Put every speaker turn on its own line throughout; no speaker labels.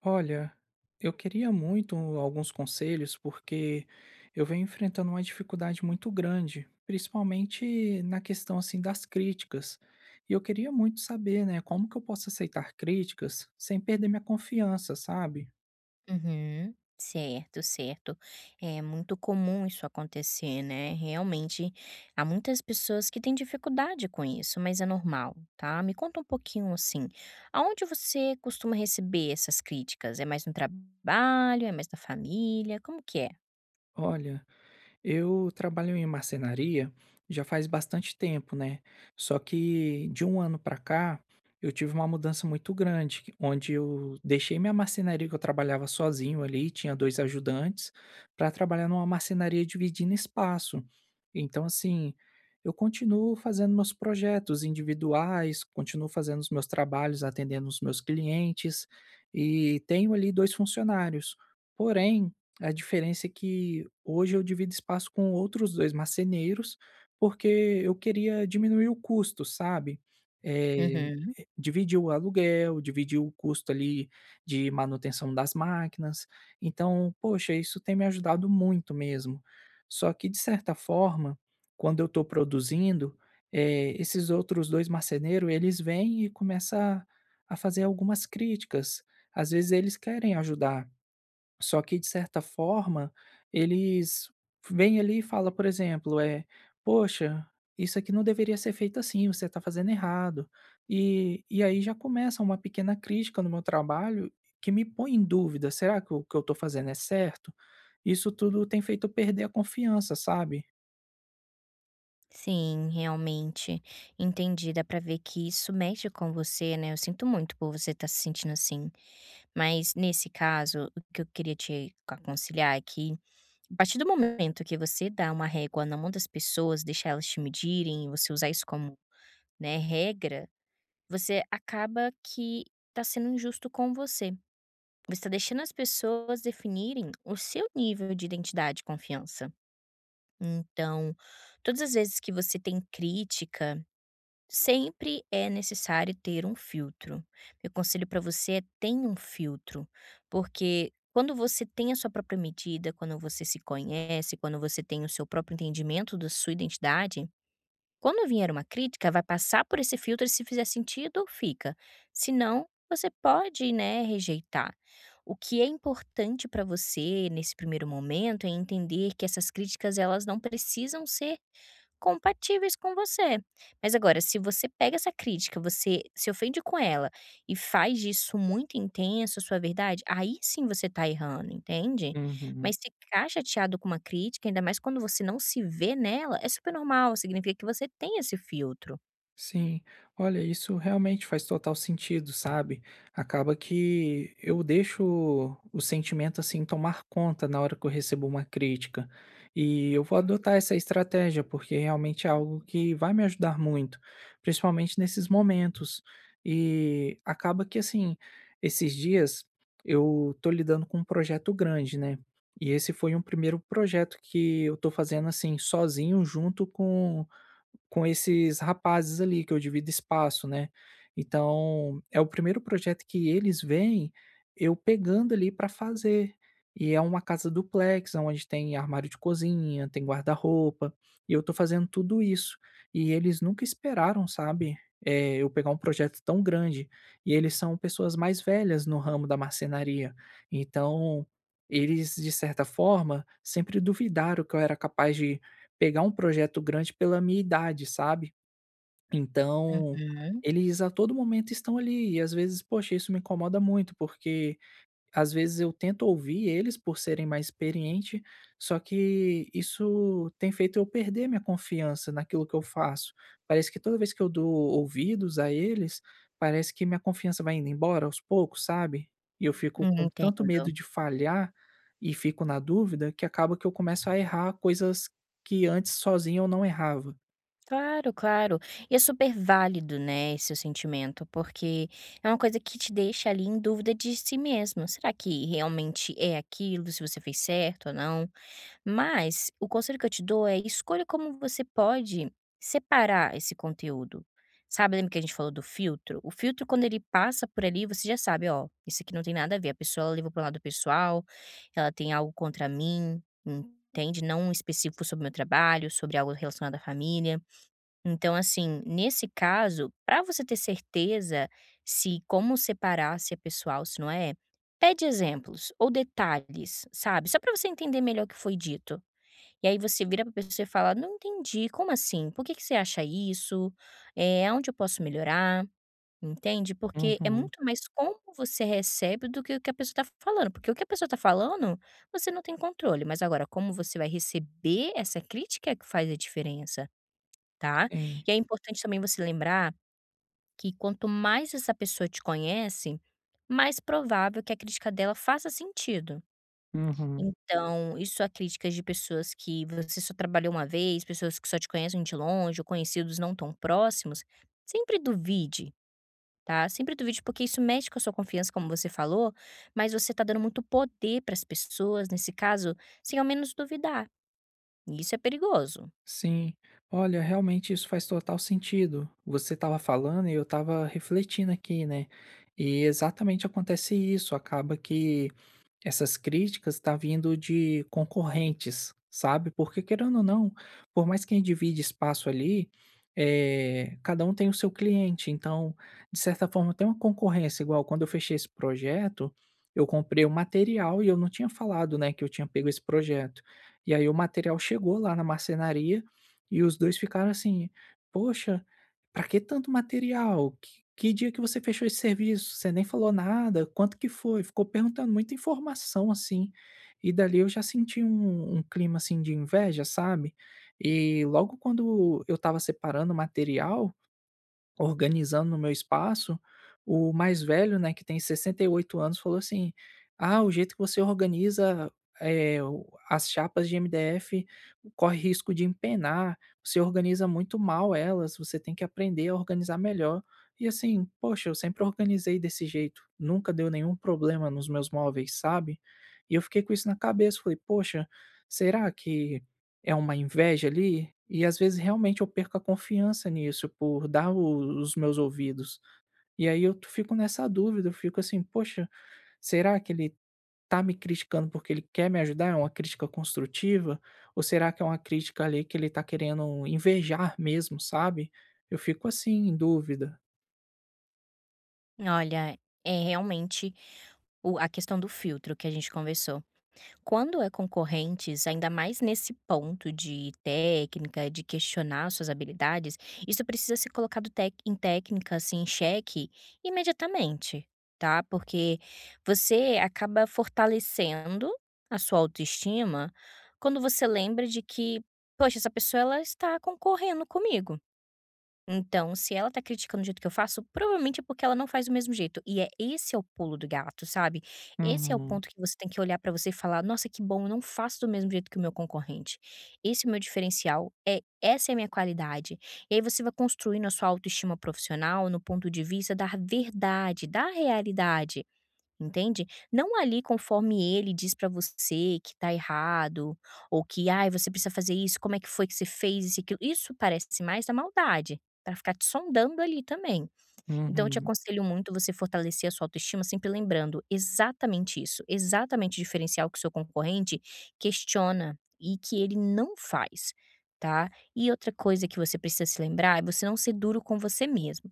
Olha, eu queria muito alguns conselhos porque eu venho enfrentando uma dificuldade muito grande, principalmente na questão assim das críticas. E eu queria muito saber, né, como que eu posso aceitar críticas sem perder minha confiança, sabe?
Uhum. Certo, certo. É muito comum isso acontecer, né? Realmente, há muitas pessoas que têm dificuldade com isso, mas é normal, tá? Me conta um pouquinho assim, aonde você costuma receber essas críticas? É mais no trabalho? É mais na família? Como que é?
Olha, eu trabalho em marcenaria já faz bastante tempo, né? Só que de um ano para cá eu tive uma mudança muito grande, onde eu deixei minha marcenaria que eu trabalhava sozinho ali, tinha dois ajudantes, para trabalhar numa marcenaria dividindo espaço. Então, assim, eu continuo fazendo meus projetos individuais, continuo fazendo os meus trabalhos, atendendo os meus clientes e tenho ali dois funcionários. Porém, a diferença é que hoje eu divido espaço com outros 2 marceneiros, porque eu queria diminuir o custo, sabe. Eh,
Uhum.
Dividir o aluguel, dividir o custo ali de manutenção das máquinas, então, poxa, isso tem me ajudado muito mesmo. Só que de certa forma, quando eu estou produzindo, esses outros 2 marceneiros, eles vêm e começa a fazer algumas críticas, às vezes eles querem ajudar, só que de certa forma, eles vêm ali e fala, por exemplo, é, "Poxa, isso aqui não deveria ser feito assim, você está fazendo errado". E aí já começa uma pequena crítica no meu trabalho que me põe em dúvida: "Será que o que eu estou fazendo é certo?". Isso tudo tem feito eu perder a confiança, sabe?
Sim, realmente. Entendi, dá pra ver que isso mexe com você, né? Eu sinto muito por você estar se sentindo assim. Mas nesse caso, o que eu queria te aconselhar é que a partir do momento que você dá uma régua na mão das pessoas, deixar elas te medirem, você usar isso como, né, regra, você acaba que tá sendo injusto com você. Você está deixando as pessoas definirem o seu nível de identidade e confiança. Então, todas as vezes que você tem crítica, sempre é necessário ter um filtro. Meu conselho para você é tenha um filtro, porque quando você tem a sua própria medida, quando você se conhece, quando você tem o seu próprio entendimento da sua identidade, quando vier uma crítica, vai passar por esse filtro e se fizer sentido, fica. Se não, você pode, né, rejeitar. O que é importante para você nesse primeiro momento é entender que essas críticas elas não precisam ser compatíveis com você. Mas agora, se você pega essa crítica, você se ofende com ela e faz isso muito intenso, sua verdade, aí sim você tá errando, entende?
Uhum.
Mas ficar chateado com uma crítica, ainda mais quando você não se vê nela, é super normal, significa que você tem esse filtro.
Sim, olha, isso realmente faz total sentido, sabe? Acaba que eu deixo o sentimento assim tomar conta na hora que eu recebo uma crítica. E eu vou adotar essa estratégia, porque realmente é algo que vai me ajudar muito, principalmente nesses momentos. E acaba que assim, esses dias eu tô lidando com um projeto grande, né? E esse foi um primeiro projeto que eu tô fazendo assim sozinho junto com esses rapazes ali que eu divido espaço, né. Então, é o primeiro projeto que eles veem eu pegando ali para fazer. E é uma casa duplex, aonde tem armário de cozinha, tem guarda-roupa, e eu tô fazendo tudo isso. E eles nunca esperaram, sabe, eu pegar um projeto tão grande. E eles são pessoas mais velhas no ramo da marcenaria, então, eles de certa forma sempre duvidaram que eu era capaz de pegar um projeto grande pela minha idade, sabe. Então,
Uhum.
eles a todo momento estão ali e às vezes, poxa, isso me incomoda muito, porque às vezes eu tento ouvir eles por serem mais experiente, só que isso tem feito eu perder minha confiança naquilo que eu faço. Parece que toda vez que eu dou ouvidos a eles, parece que minha confiança vai indo embora aos poucos, sabe? E eu fico com tanto
Entendo.
medo de falhar e fico na dúvida que acaba que eu começo a errar coisas que antes sozinho eu não errava.
Claro, claro. E é super válido, né, esse sentimento, porque é uma coisa que te deixa ali em dúvida de si mesmo. Será que realmente é aquilo, se você fez certo ou não? Mas o conselho que eu te dou é escolha como você pode separar esse conteúdo. Sabe, lembra que a gente falou do filtro? O filtro, quando ele passa por ali, você já sabe, ó, isso aqui não tem nada a ver. A pessoa ela levou para um lado pessoal, ela tem algo contra mim, entende? Não um específico sobre o meu trabalho, sobre algo relacionado à família. Então, assim, nesse caso, para você ter certeza se como separar se é pessoal, se não é, pede exemplos ou detalhes, sabe? Só para você entender melhor o que foi dito. E aí você vira pra pessoa e fala: "Não entendi, como assim? Por que que você acha isso? É onde eu posso melhorar?", entende? Porque é
Uhum.
muito mais como você recebe do que o que a pessoa está falando, porque o que a pessoa está falando, você não tem controle, mas agora como você vai receber essa crítica é que faz a diferença, tá?
Sim.
E é importante também você lembrar que quanto mais essa pessoa te conhece, mais provável que a crítica dela faça sentido.
Uhum.
Então, isso há críticas de pessoas que você só trabalhou uma vez, pessoas que só te conhecem de longe ou conhecidos não tão próximos, sempre duvide, tá? Sempre duvide, porque isso mexe com a sua confiança, como você falou, mas você tá dando muito poder para as pessoas, nesse caso, sem ao menos duvidar. E isso é perigoso.
Sim, olha, realmente isso faz total sentido. Você estava falando e eu estava refletindo aqui, né? E exatamente acontece isso. Acaba que essas críticas tá vindo de concorrentes, sabe, porque querendo ou não, por mais quem divide espaço ali, cada um tem o seu cliente, então, de certa forma tem uma concorrência, igual quando eu fechei esse projeto, eu comprei o material e eu não tinha falado, né, que eu tinha pego esse projeto. E aí o material chegou lá na marcenaria, e os 2 ficaram assim: "Poxa, pra que tanto material? Que dia que você fechou esse serviço? Você nem falou nada, quanto que foi? Ficou perguntando muita informação, assim, e dali eu já senti um clima, assim, de inveja, sabe. E logo quando eu estava separando o material, organizando no meu espaço, o mais velho, né, que tem 68 anos, falou assim: "Ah, o jeito que você organiza, o as chapas de MDF corre risco de empenar, você organiza muito mal elas, você tem que aprender a organizar melhor". E assim, poxa, eu sempre organizei desse jeito, nunca deu nenhum problema nos meus móveis, sabe. E eu fiquei com isso na cabeça, falei: "Poxa, será que é uma inveja ali, e às vezes realmente eu perco a confiança nisso por dar o os meus ouvidos. E aí eu fico nessa dúvida, eu fico assim: "Poxa, será que ele tá me criticando porque ele quer me ajudar? É uma crítica construtiva? Ou será que é uma crítica ali que ele tá querendo invejar mesmo", sabe? Eu fico assim, em dúvida.
Olha, é realmente a questão do filtro que a gente conversou. Quando é concorrentes, ainda mais nesse ponto de técnica, de questionar suas habilidades, isso precisa ser colocado em técnica, assim, em xeque, imediatamente, tá? Porque você acaba fortalecendo a sua autoestima quando você lembra de que, poxa, essa pessoa ela está concorrendo comigo. Então, se ela tá criticando o jeito que eu faço, provavelmente é porque ela não faz do mesmo jeito. E é esse é o pulo do gato, sabe? Esse é o
Uhum,
ponto que você tem que olhar pra você e falar: "Nossa, que bom, eu não faço do mesmo jeito que o meu concorrente. Esse é o meu diferencial, é essa é a minha qualidade". E aí você vai construindo a sua autoestima profissional no ponto de vista da verdade, da realidade. Entende? Não ali conforme ele diz pra você que tá errado, ou que: "Ai, você precisa fazer isso, como é que foi que você fez isso e aquilo". Isso parece mais da maldade, pra ficar te sondando ali também. Então eu te
uhum.
aconselho muito você fortalecer a sua autoestima sempre lembrando exatamente isso, exatamente diferencial que o seu concorrente questiona e que ele não faz, tá. E outra coisa que você precisa se lembrar é você não ser duro com você mesmo.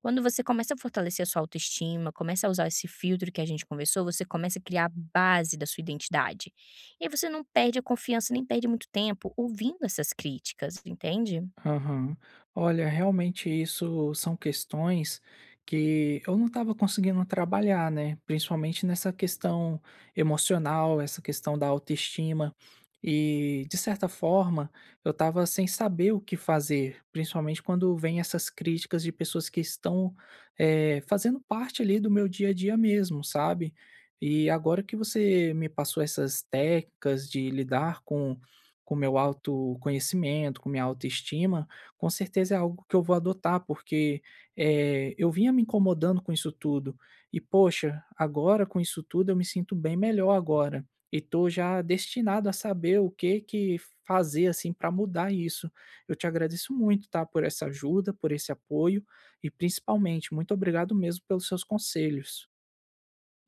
Quando você começa a fortalecer a sua autoestima, começa a usar esse filtro que a gente conversou, você começa a criar a base da sua identidade. E aí você não perde a confiança, nem perde muito tempo ouvindo essas críticas, entende?
Aham. Olha, realmente isso são questões que eu não estava conseguindo trabalhar, né? Principalmente nessa questão emocional, essa questão da autoestima. E, de certa forma, eu estava sem saber o que fazer, principalmente quando vem essas críticas de pessoas que estão fazendo parte ali do meu dia a dia mesmo, sabe? E agora que você me passou essas técnicas de lidar com meu autoconhecimento, com minha autoestima, com certeza é algo que eu vou adotar, porque, eu vinha me incomodando com isso tudo e, poxa, agora com isso tudo eu me sinto bem melhor agora e tô já destinado a saber o que que fazer, assim, para mudar isso. Eu te agradeço muito, tá, por essa ajuda, por esse apoio e, principalmente, muito obrigado mesmo pelos seus conselhos.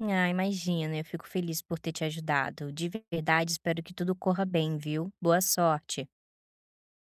Ah, imagina, eu fico feliz por ter te ajudado. De verdade, espero que tudo corra bem, viu? Boa sorte.